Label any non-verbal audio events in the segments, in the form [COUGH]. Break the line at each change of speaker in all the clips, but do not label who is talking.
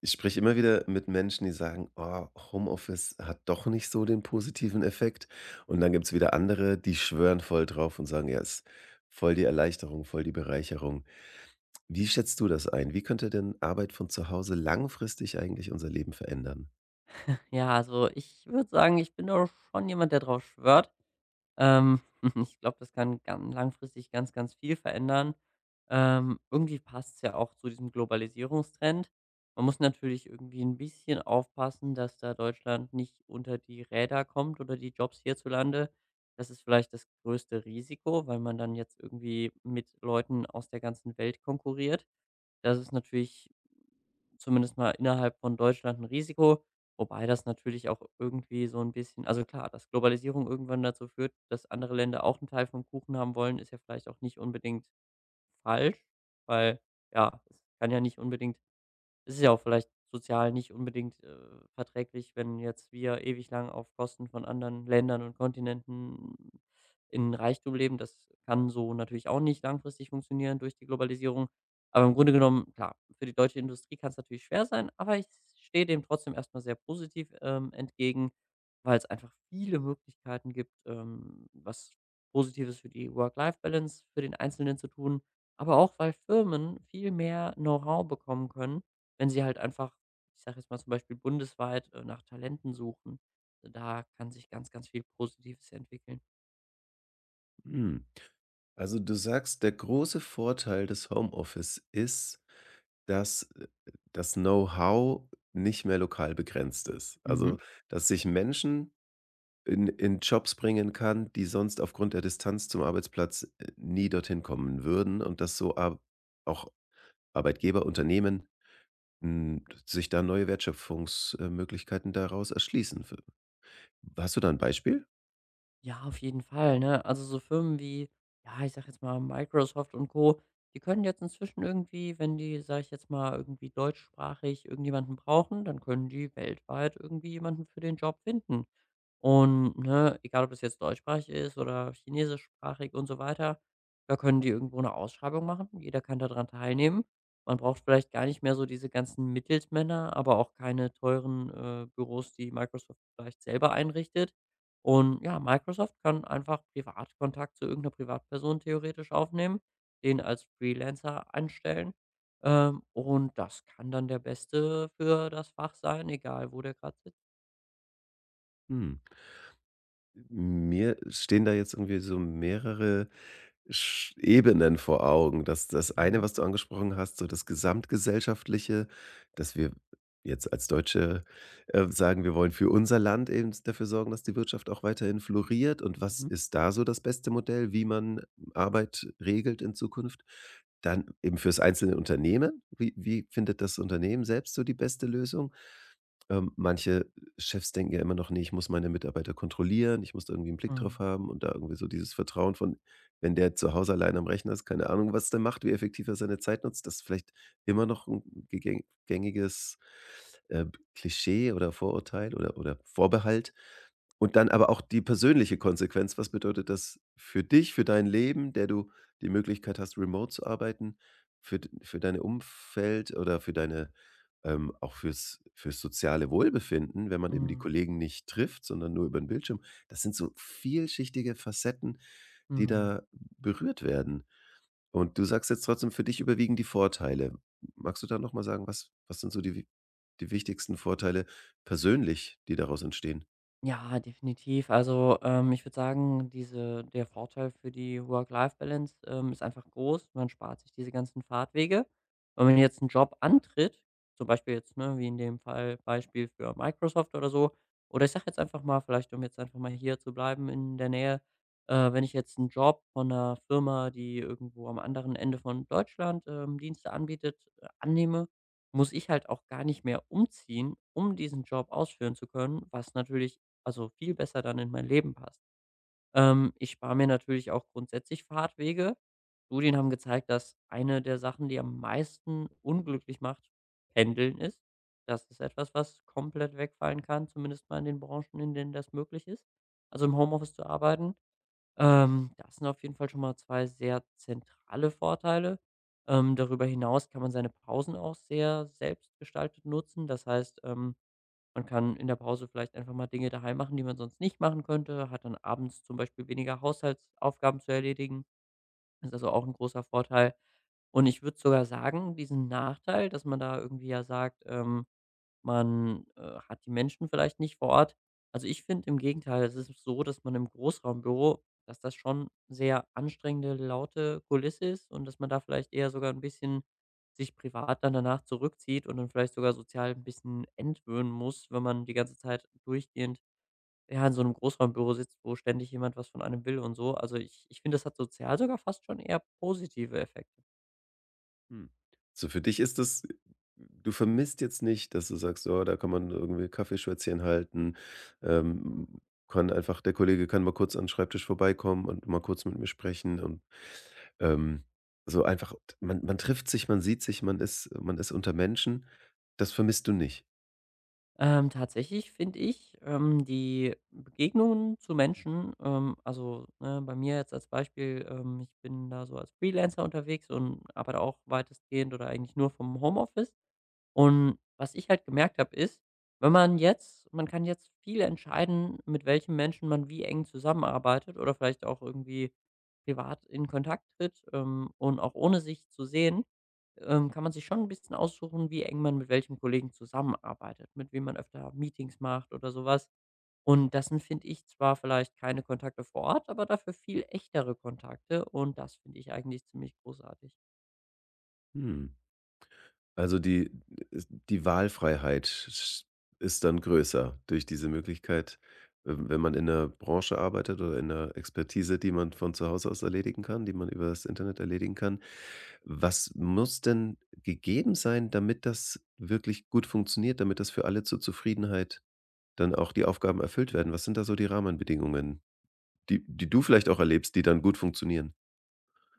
Ich spreche immer wieder mit Menschen, die sagen: „Oh, Homeoffice hat doch nicht so den positiven Effekt.“ Und dann gibt's wieder andere, die schwören voll drauf und sagen: „Ja, es ist voll die Erleichterung, voll die Bereicherung.“ Wie schätzt du das ein? Wie könnte denn Arbeit von zu Hause langfristig eigentlich unser Leben verändern?
Ja, also ich würde sagen, ich bin doch schon jemand, der drauf schwört. Ähm, [LAUGHS] ich glaube, das kann gan langfristig ganz, ganz viel verändern. Irgendwie passt es ja auch zu diesem Globalisierungstrend. Man muss natürlich irgendwie ein bisschen aufpassen, dass da Deutschland nicht unter die Räder kommt oder die Jobs hierzulande. Das ist vielleicht das größte Risiko, weil man dann jetzt irgendwie mit Leuten aus der ganzen Welt konkurriert. Das ist natürlich zumindest mal innerhalb von Deutschland ein Risiko, wobei das natürlich auch irgendwie so ein bisschen, also klar, dass Globalisierung irgendwann dazu führt, dass andere Länder auch einen Teil vom Kuchen haben wollen, ist ja vielleicht auch nicht unbedingt falsch, weil, ja, es kann ja nicht unbedingt, es ist ja auch vielleicht sozial nicht unbedingt verträglich, wenn jetzt wir ewig lang auf Kosten von anderen Ländern und Kontinenten in Reichtum leben. Das kann so natürlich auch nicht langfristig funktionieren durch die Globalisierung. Aber im Grunde genommen, klar, für die deutsche Industrie kann es natürlich schwer sein, aber ich stehe dem trotzdem erstmal sehr positiv, entgegen, weil es einfach viele Möglichkeiten gibt, was Positives für die Work-Life-Balance für den Einzelnen zu tun, aber auch, weil Firmen viel mehr Know-how bekommen können, wenn sie halt einfach, ich sage jetzt mal zum Beispiel bundesweit, nach Talenten suchen. Da kann sich ganz, ganz viel Positives entwickeln.
Hm, also, du sagst, der große Vorteil des Homeoffice ist, dass, das Know-how nicht mehr lokal begrenzt ist.
Mhm.
Also, dass sich Menschen in Jobs bringen kann, die sonst aufgrund der Distanz zum Arbeitsplatz, nie dorthin kommen würden, und dass so Ar auch Arbeitgeber, Unternehmen, hm, sich da neue Wertschöpfungsmöglichkeiten daraus erschließen wü hast du da ein Beispiel?
Ja, auf jeden Fall, ne? Also so Firmen wie, ja, ich sage jetzt mal Microsoft und Co., die können jetzt inzwischen irgendwie, wenn die, sage ich jetzt mal, irgendwie deutschsprachig irgendjemanden brauchen, dann können die weltweit irgendwie jemanden für den Job finden. Und ne, egal ob es jetzt deutschsprachig ist oder chinesischsprachig und so weiter, da können die irgendwo eine Ausschreibung machen. Jeder kann da dran teilnehmen. Man braucht vielleicht gar nicht mehr so diese ganzen Mittelsmänner, aber auch keine teuren, Büros, die Microsoft vielleicht selber einrichtet. Und ja, Microsoft kann einfach Privatkontakt zu irgendeiner Privatperson theoretisch aufnehmen, den als Freelancer anstellen, und das kann dann der Beste für das Fach sein, egal wo der gerade sitzt.
Hm. Mir stehen da jetzt irgendwie so mehrere Sch Ebenen vor Augen. Das eine,
Mhm.
was du angesprochen hast, so das Gesamtgesellschaftliche, dass wir jetzt als Deutsche, sagen, wir wollen für unser Land eben dafür sorgen, dass die Wirtschaft auch weiterhin floriert. Und was
Mhm.
ist da so das beste Modell, wie man Arbeit regelt in Zukunft? Dann eben fürs einzelne Unternehmen, wie findet das Unternehmen selbst so die beste Lösung? Manche Chefs denken ja immer noch: „Nee, ich muss meine Mitarbeiter kontrollieren, ich muss da irgendwie einen Blick drauf
Mhm.
haben“ und da irgendwie so dieses Vertrauen von, wenn der zu Hause allein am Rechner ist, keine Ahnung, was der macht, wie effektiv er seine Zeit nutzt. Das ist vielleicht immer noch ein gegäng gängiges, äh, Klischee oder Vorurteil oder Vorbehalt. Und dann aber auch die persönliche Konsequenz. Was bedeutet das für dich, für dein Leben, der du die Möglichkeit hast, remote zu arbeiten, für deine Umfeld oder für deine auch fürs soziale Wohlbefinden, wenn man eben die
Mhm.
Kollegen nicht trifft, sondern nur über den Bildschirm. Das sind so vielschichtige Facetten, die
Mhm.
da berührt werden. Und du sagst jetzt trotzdem, für dich überwiegen die Vorteile. Magst du da noch mal sagen, was was sind so die wi die wichtigsten Vorteile persönlich, die daraus entstehen?
Ja, definitiv. Also, ich würde sagen, diese der Vorteil für die Work-Life-Balance, ist einfach groß. Man spart sich diese ganzen Fahrtwege. Wenn man jetzt einen Job antritt, zum Beispiel jetzt, ne, wie in dem Fall Beispiel für Microsoft oder so, oder ich sage jetzt einfach mal vielleicht, um jetzt einfach mal hier zu bleiben in der Nähe, wenn ich jetzt einen Job von einer Firma, die irgendwo am anderen Ende von Deutschland, Dienste anbietet, annehme, muss ich halt auch gar nicht mehr umziehen, um diesen Job ausführen zu können, was natürlich also viel besser dann in mein Leben passt. Ich spare mir natürlich auch grundsätzlich Fahrtwege. Studien haben gezeigt, dass eine der Sachen, die am meisten unglücklich macht, Pendeln ist. Das ist etwas, was komplett wegfallen kann, zumindest mal in den Branchen, in denen das möglich ist. Also im Homeoffice zu arbeiten. Das sind auf jeden Fall schon mal zwei sehr zentrale Vorteile. Darüber hinaus kann man seine Pausen auch sehr selbstgestaltet nutzen. Das heißt, man kann in der Pause vielleicht einfach mal Dinge daheim machen, die man sonst nicht machen könnte, hat dann abends zum Beispiel weniger Haushaltsaufgaben zu erledigen. Ist also auch ein großer Vorteil. Und ich würde sogar sagen, diesen Nachteil, dass man da irgendwie ja sagt, man, hat die Menschen vielleicht nicht vor Ort. Also, ich finde im Gegenteil, es ist so, dass man im Großraumbüro, dass das schon sehr anstrengende, laute Kulisse ist und dass man da vielleicht eher sogar ein bisschen sich privat dann danach zurückzieht und dann vielleicht sogar sozial ein bisschen entwöhnen muss, wenn man die ganze Zeit durchgehend, ja, in so einem Großraumbüro sitzt, wo ständig jemand was von einem will und so. Also, ich finde, das hat sozial sogar fast schon eher positive Effekte.
Hm. So für dich ist das, du vermisst jetzt nicht, dass du sagst: „Oh, da kann man irgendwie Kaffeeschwätzchen halten, ähm, kann einfach der Kollege kann mal kurz an 'n Schreibtisch vorbeikommen und mal kurz mit mir sprechen“ und, ähm, so einfach, man trifft sich, man sieht sich, man ist unter Menschen. Das vermisst du nicht?
Tatsächlich finde ich, die Begegnungen zu Menschen, also, ne, bei mir jetzt als Beispiel, ich bin da so als Freelancer unterwegs und arbeite auch weitestgehend oder eigentlich nur vom Homeoffice. Und was ich halt gemerkt habe, ist, wenn man jetzt, man kann jetzt viel entscheiden, mit welchen Menschen man wie eng zusammenarbeitet oder vielleicht auch irgendwie privat in Kontakt tritt, und auch ohne sich zu sehen, kann man sich schon ein bisschen aussuchen, wie eng man mit welchem Kollegen zusammenarbeitet, mit wem man öfter Meetings macht oder sowas. Und das sind, finde ich, zwar vielleicht keine Kontakte vor Ort, aber dafür viel echtere Kontakte und das finde ich eigentlich ziemlich großartig.
Mhm. Also die die Wahlfreiheit sch ist dann größer durch diese Möglichkeit, wenn man in 'ner Branche arbeitet oder in 'ner Expertise, die man von zu Hause aus erledigen kann, die man über das Internet erledigen kann. Was muss denn gegeben sein, damit das wirklich gut funktioniert, damit das für alle zur Zufriedenheit dann auch die Aufgaben erfüllt werden? Was sind da so die Rahmenbedingungen, die du vielleicht auch erlebst, die dann gut funktionieren?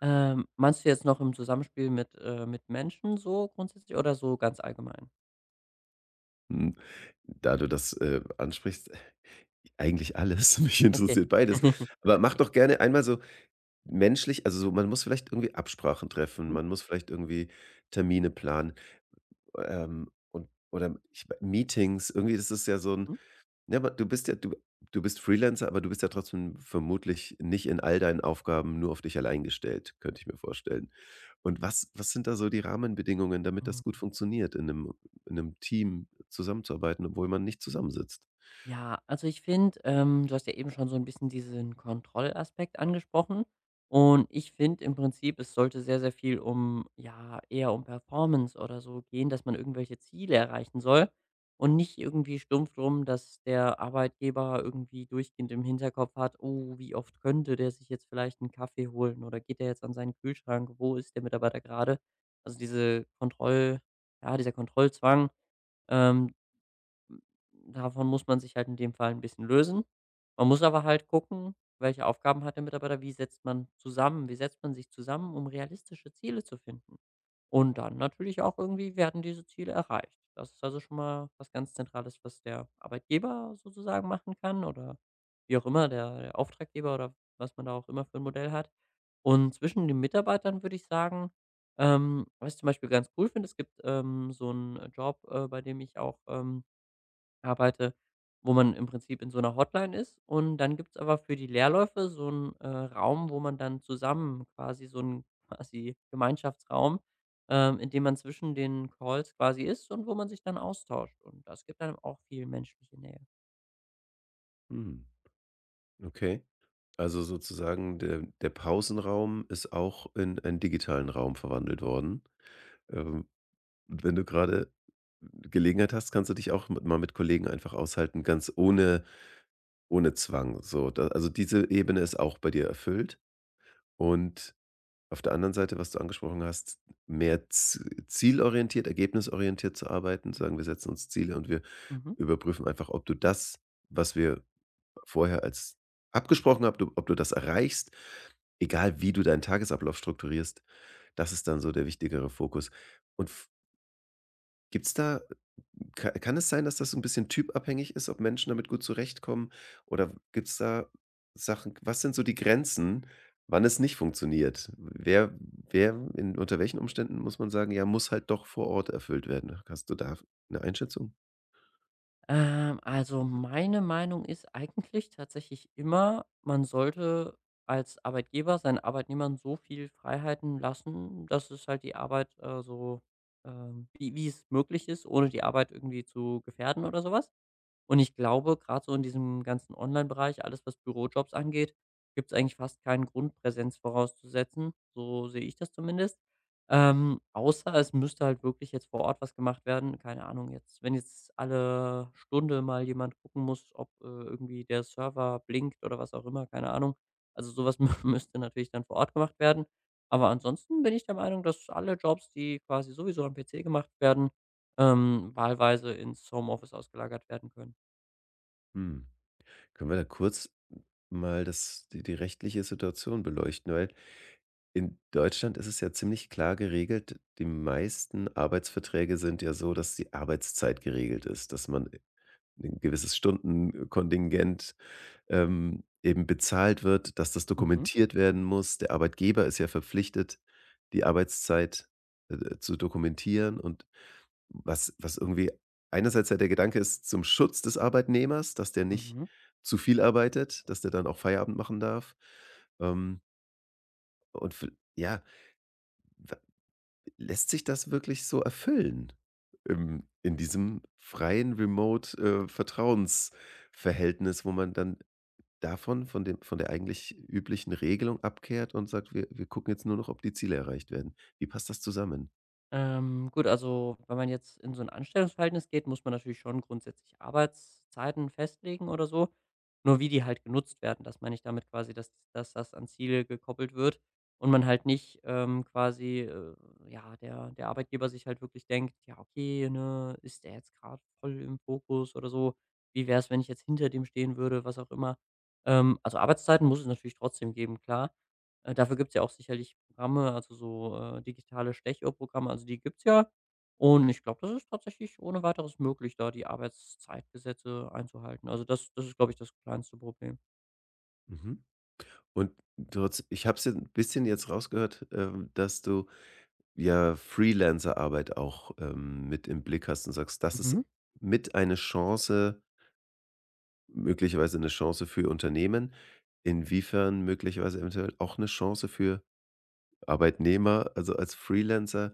Meinst du jetzt noch im Zusammenspiel mit Menschen so grundsätzlich oder so ganz allgemein?
Hm, da du das, ansprichst, eigentlich alles. [LAUGHS] Mich
Okay.
interessiert beides.
[LAUGHS]
Aber mach
Okay.
doch gerne einmal so menschlich, also, so man muss vielleicht irgendwie Absprachen treffen,
Mhm.
man muss vielleicht irgendwie Termine planen, und oder ich wei Meetings. Irgendwie das ist ja so ein.
Mhm.
Ja, aber du bist Freelancer, aber du bist ja trotzdem vermutlich nicht in all deinen Aufgaben nur auf dich allein gestellt, könnte ich mir vorstellen. Und was, was sind da so die Rahmenbedingungen, damit
Mhm.
das gut funktioniert, in einem Team zusammenzuarbeiten, obwohl man nicht zusammensitzt?
Ja, also ich finde, du hast ja eben schon so ein bisschen diesen Kontrollaspekt angesprochen und ich finde im Prinzip, es sollte sehr, sehr viel um, ja, eher um Performance oder so gehen, dass man irgendwelche Ziele erreichen soll und nicht irgendwie stumpf drum, dass der Arbeitgeber irgendwie durchgehend im Hinterkopf hat: „Oh, wie oft könnte der sich jetzt vielleicht einen Kaffee holen oder geht der jetzt an seinen Kühlschrank? Wo ist der Mitarbeiter gerade? Also, diese Kontroll ja, dieser Kontrollzwang, ähm hm, davon muss man sich halt in dem Fall ein bisschen lösen. Man muss aber halt gucken, welche Aufgaben hat der Mitarbeiter, wie setzt man sich zusammen, um realistische Ziele zu finden? Und dann natürlich auch irgendwie werden diese Ziele erreicht. Das ist also schon mal was ganz Zentrales, was der Arbeitgeber sozusagen machen kann oder wie auch immer, der Auftraggeber oder was man da auch immer für ein Modell hat. Und zwischen den Mitarbeitern würde ich sagen, was ich zum Beispiel ganz cool finde, es gibt, so einen Job, bei dem ich auch, arbeite, wo man im Prinzip in so einer Hotline ist und dann gibt's aber für die Lehrläufe so einen Raum, wo man dann zusammen quasi so 'n [LAUGHS] quasi Gemeinschaftsraum, in dem man zwischen den Calls quasi ist und wo man sich dann austauscht und das gibt einem auch viel menschliche Nähe.
Hm, okay. Also sozusagen der Pausenraum ist auch in einen digitalen Raum verwandelt worden. Ähm, und wenn du gerade Gelegenheit hast, kannst du dich auch mit mal mit Kollegen einfach aushalten, ganz ohne ohne Zwang so. Da also diese Ebene ist auch bei dir erfüllt. Und auf der anderen Seite, was du angesprochen hast, mehr z zielorientiert, ergebnisorientiert zu arbeiten,
Mhm.
sagen: „Wir setzen uns Ziele und wir
Mhm.
überprüfen einfach, ob du das, was wir vorher als abgesprochen, habt, ob du das erreichst, egal wie du deinen Tagesablauf strukturierst, das ist dann so der wichtigere Fokus. Und f gibt's da, ka kann es sein, dass das so ein bisschen typabhängig ist, ob Menschen damit gut zurechtkommen? Oder gibt's da Sachen, was sind so die Grenzen, wann es nicht funktioniert? Wer wer in unter welchen Umständen muss man sagen: „Ja, muss halt doch vor Ort erfüllt werden?“ Hast du da eine Einschätzung?
Also meine Meinung ist eigentlich tatsächlich immer, man sollte als Arbeitgeber seinen Arbeitnehmern so viel Freiheiten lassen, dass es halt die Arbeit so, wie, wie es möglich ist, ohne die Arbeit irgendwie zu gefährden oder sowas. Und ich glaube, gerade so in diesem ganzen Online-Bereich, alles was Bürojobs angeht, gibt es eigentlich fast keinen Grund, Präsenz vorauszusetzen. So sehe ich das zumindest. Außer es müsste halt wirklich jetzt vor Ort was gemacht werden. Keine Ahnung, jetzt wenn jetzt alle Stunde mal jemand gucken muss, ob, irgendwie der Server blinkt oder was auch immer, keine Ahnung. Also, sowas [LAUGHS] müsste natürlich dann vor Ort gemacht werden. Aber ansonsten bin ich der Meinung, dass alle Jobs, die quasi sowieso am PC gemacht werden, wahlweise ins Homeoffice ausgelagert werden können.
Hm. Können wir da kurz mal das die rechtliche Situation beleuchten? Weil in Deutschland ist es ja ziemlich klar geregelt. Die meisten Arbeitsverträge sind ja so, dass die Arbeitszeit geregelt ist, dass man ein gewisses Stundenkontingent, eben bezahlt wird, dass das
Mhm,
dokumentiert werden muss. Der Arbeitgeber ist ja verpflichtet, die Arbeitszeit, zu dokumentieren und was irgendwie einerseits ja der Gedanke ist zum Schutz des Arbeitnehmers, dass der nicht
mhm.
zu viel arbeitet, dass der dann auch Feierabend machen darf. Ähm, und v ja, lässt sich das wirklich so erfüllen im in diesem freien Remote, Vertrauensverhältnis, wo man dann davon von dem von der eigentlich üblichen Regelung abkehrt und sagt: „Wir gucken jetzt nur noch, ob die Ziele erreicht werden.“ Wie passt das zusammen?
Gut, also wenn man jetzt in so ein Anstellungsverhältnis geht, muss man natürlich schon grundsätzlich Arbeitszeiten festlegen oder so. Nur wie die halt genutzt werden, das meine ich damit quasi, dass das an Ziele gekoppelt wird und man halt nicht, quasi, ja, der Arbeitgeber sich halt wirklich denkt: „Ja, okay, ne, ist der jetzt gerade voll im Fokus oder so? Wie wäre es, wenn ich jetzt hinter dem stehen würde?“ Was auch immer. Also Arbeitszeiten muss es natürlich trotzdem geben, klar. Dafür gibt es ja auch sicherlich Programme, also so, digitale Stechuhrprogramme, also die gibt es ja. Und ich glaube, das ist tatsächlich ohne Weiteres möglich, da die Arbeitszeitgesetze einzuhalten. Also das das ist, glaube ich, das kleinste Problem.
Mhm. Und trotz ich habe es ja 'n bisschen jetzt rausgehört, dass du ja Freelancerarbeit auch, mit im Blick hast und sagst, das ist
Mhm.
mit eine Chance, möglicherweise eine Chance für Unternehmen, inwiefern möglicherweise eventuell auch eine Chance für Arbeitnehmer, also als Freelancer,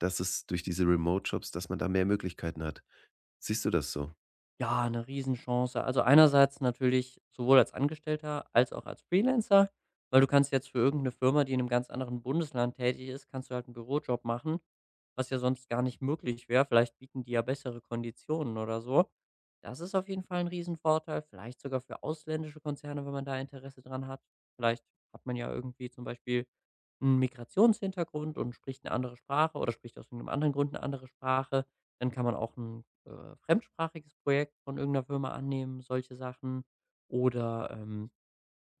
dass es durch diese Remote-Jobs, dass man da mehr Möglichkeiten hat. Siehst du das so?
Ja, eine Riesenchance. Also, einerseits natürlich sowohl als Angestellter als auch als Freelancer, weil du kannst jetzt für irgendeine Firma, die in einem ganz anderen Bundesland tätig ist, kannst du halt einen Bürojob machen, was ja sonst gar nicht möglich wäre. Vielleicht bieten die ja bessere Konditionen oder so. Das ist auf jeden Fall ein Riesenvorteil, vielleicht sogar für ausländische Konzerne, wenn man da Interesse dran hat. Vielleicht hat man ja irgendwie zum Beispiel einen Migrationshintergrund und spricht eine andere Sprache oder spricht aus irgendeinem anderen Grund eine andere Sprache. Dann kann man auch ein fremdsprachiges Projekt von irgendeiner Firma annehmen, solche Sachen. Oder,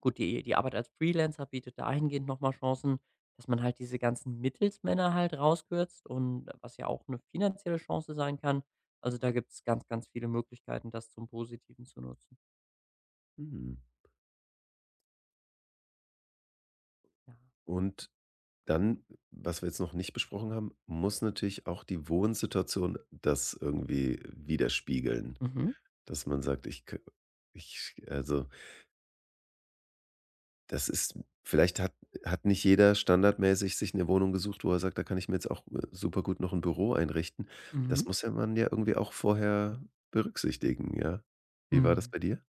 gut, die Arbeit als Freelancer bietet dahingehend nochmal Chancen, dass man halt diese ganzen Mittelsmänner halt rauskürzt und was ja auch eine finanzielle Chance sein kann. Also, da gibt's ganz, ganz viele Möglichkeiten, das zum Positiven zu nutzen.
Hm.
Ja.
Und dann, was wir jetzt noch nicht besprochen haben, muss natürlich auch die Wohnsituation das irgendwie widerspiegeln,
Mhm.
dass man sagt: „Ich k ich also“ Das ist vielleicht, hat nicht jeder standardmäßig sich eine Wohnung gesucht, wo er sagt: „Da kann ich mir jetzt auch, super gut noch ein Büro einrichten.“
Mhm.
Das muss ja man ja irgendwie auch vorher berücksichtigen, ja? Wie war das
Mhm.
bei dir?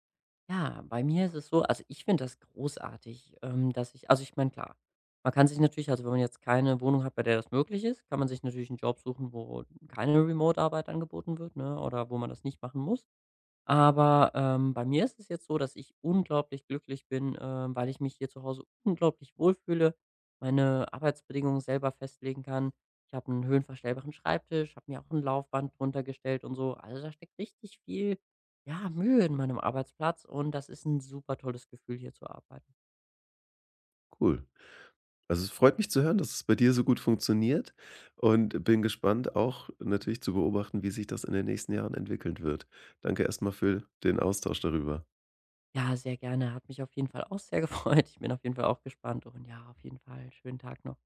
Ja, bei mir ist es so, also, ich finde das großartig, dass ich, also, ich meine, klar, man kann sich natürlich, also, wenn man jetzt keine Wohnung hat, bei der das möglich ist, kann man sich natürlich einen Job suchen, wo keine Remote-Arbeit angeboten wird, ne, oder wo man das nicht machen muss. Aber, bei mir ist es jetzt so, dass ich unglaublich glücklich bin, weil ich mich hier zu Hause unglaublich wohlfühle, meine Arbeitsbedingungen selber festlegen kann. Ich habe einen höhenverstellbaren Schreibtisch, habe mir auch ein Laufband drunter gestellt und so. Also, da steckt richtig viel, ja, Mühe in meinem Arbeitsplatz und das ist ein super tolles Gefühl, hier zu arbeiten.
Cool. Also, es freut mich zu hören, dass es bei dir so gut funktioniert, und bin gespannt auch natürlich zu beobachten, wie sich das in den nächsten Jahren entwickeln wird. Danke erstmal für den Austausch darüber.
Ja, sehr gerne. Hat mich auf jeden Fall auch sehr [LAUGHS] gefreut. Ich bin auf jeden Fall auch gespannt und ja, auf jeden Fall schönen Tag noch.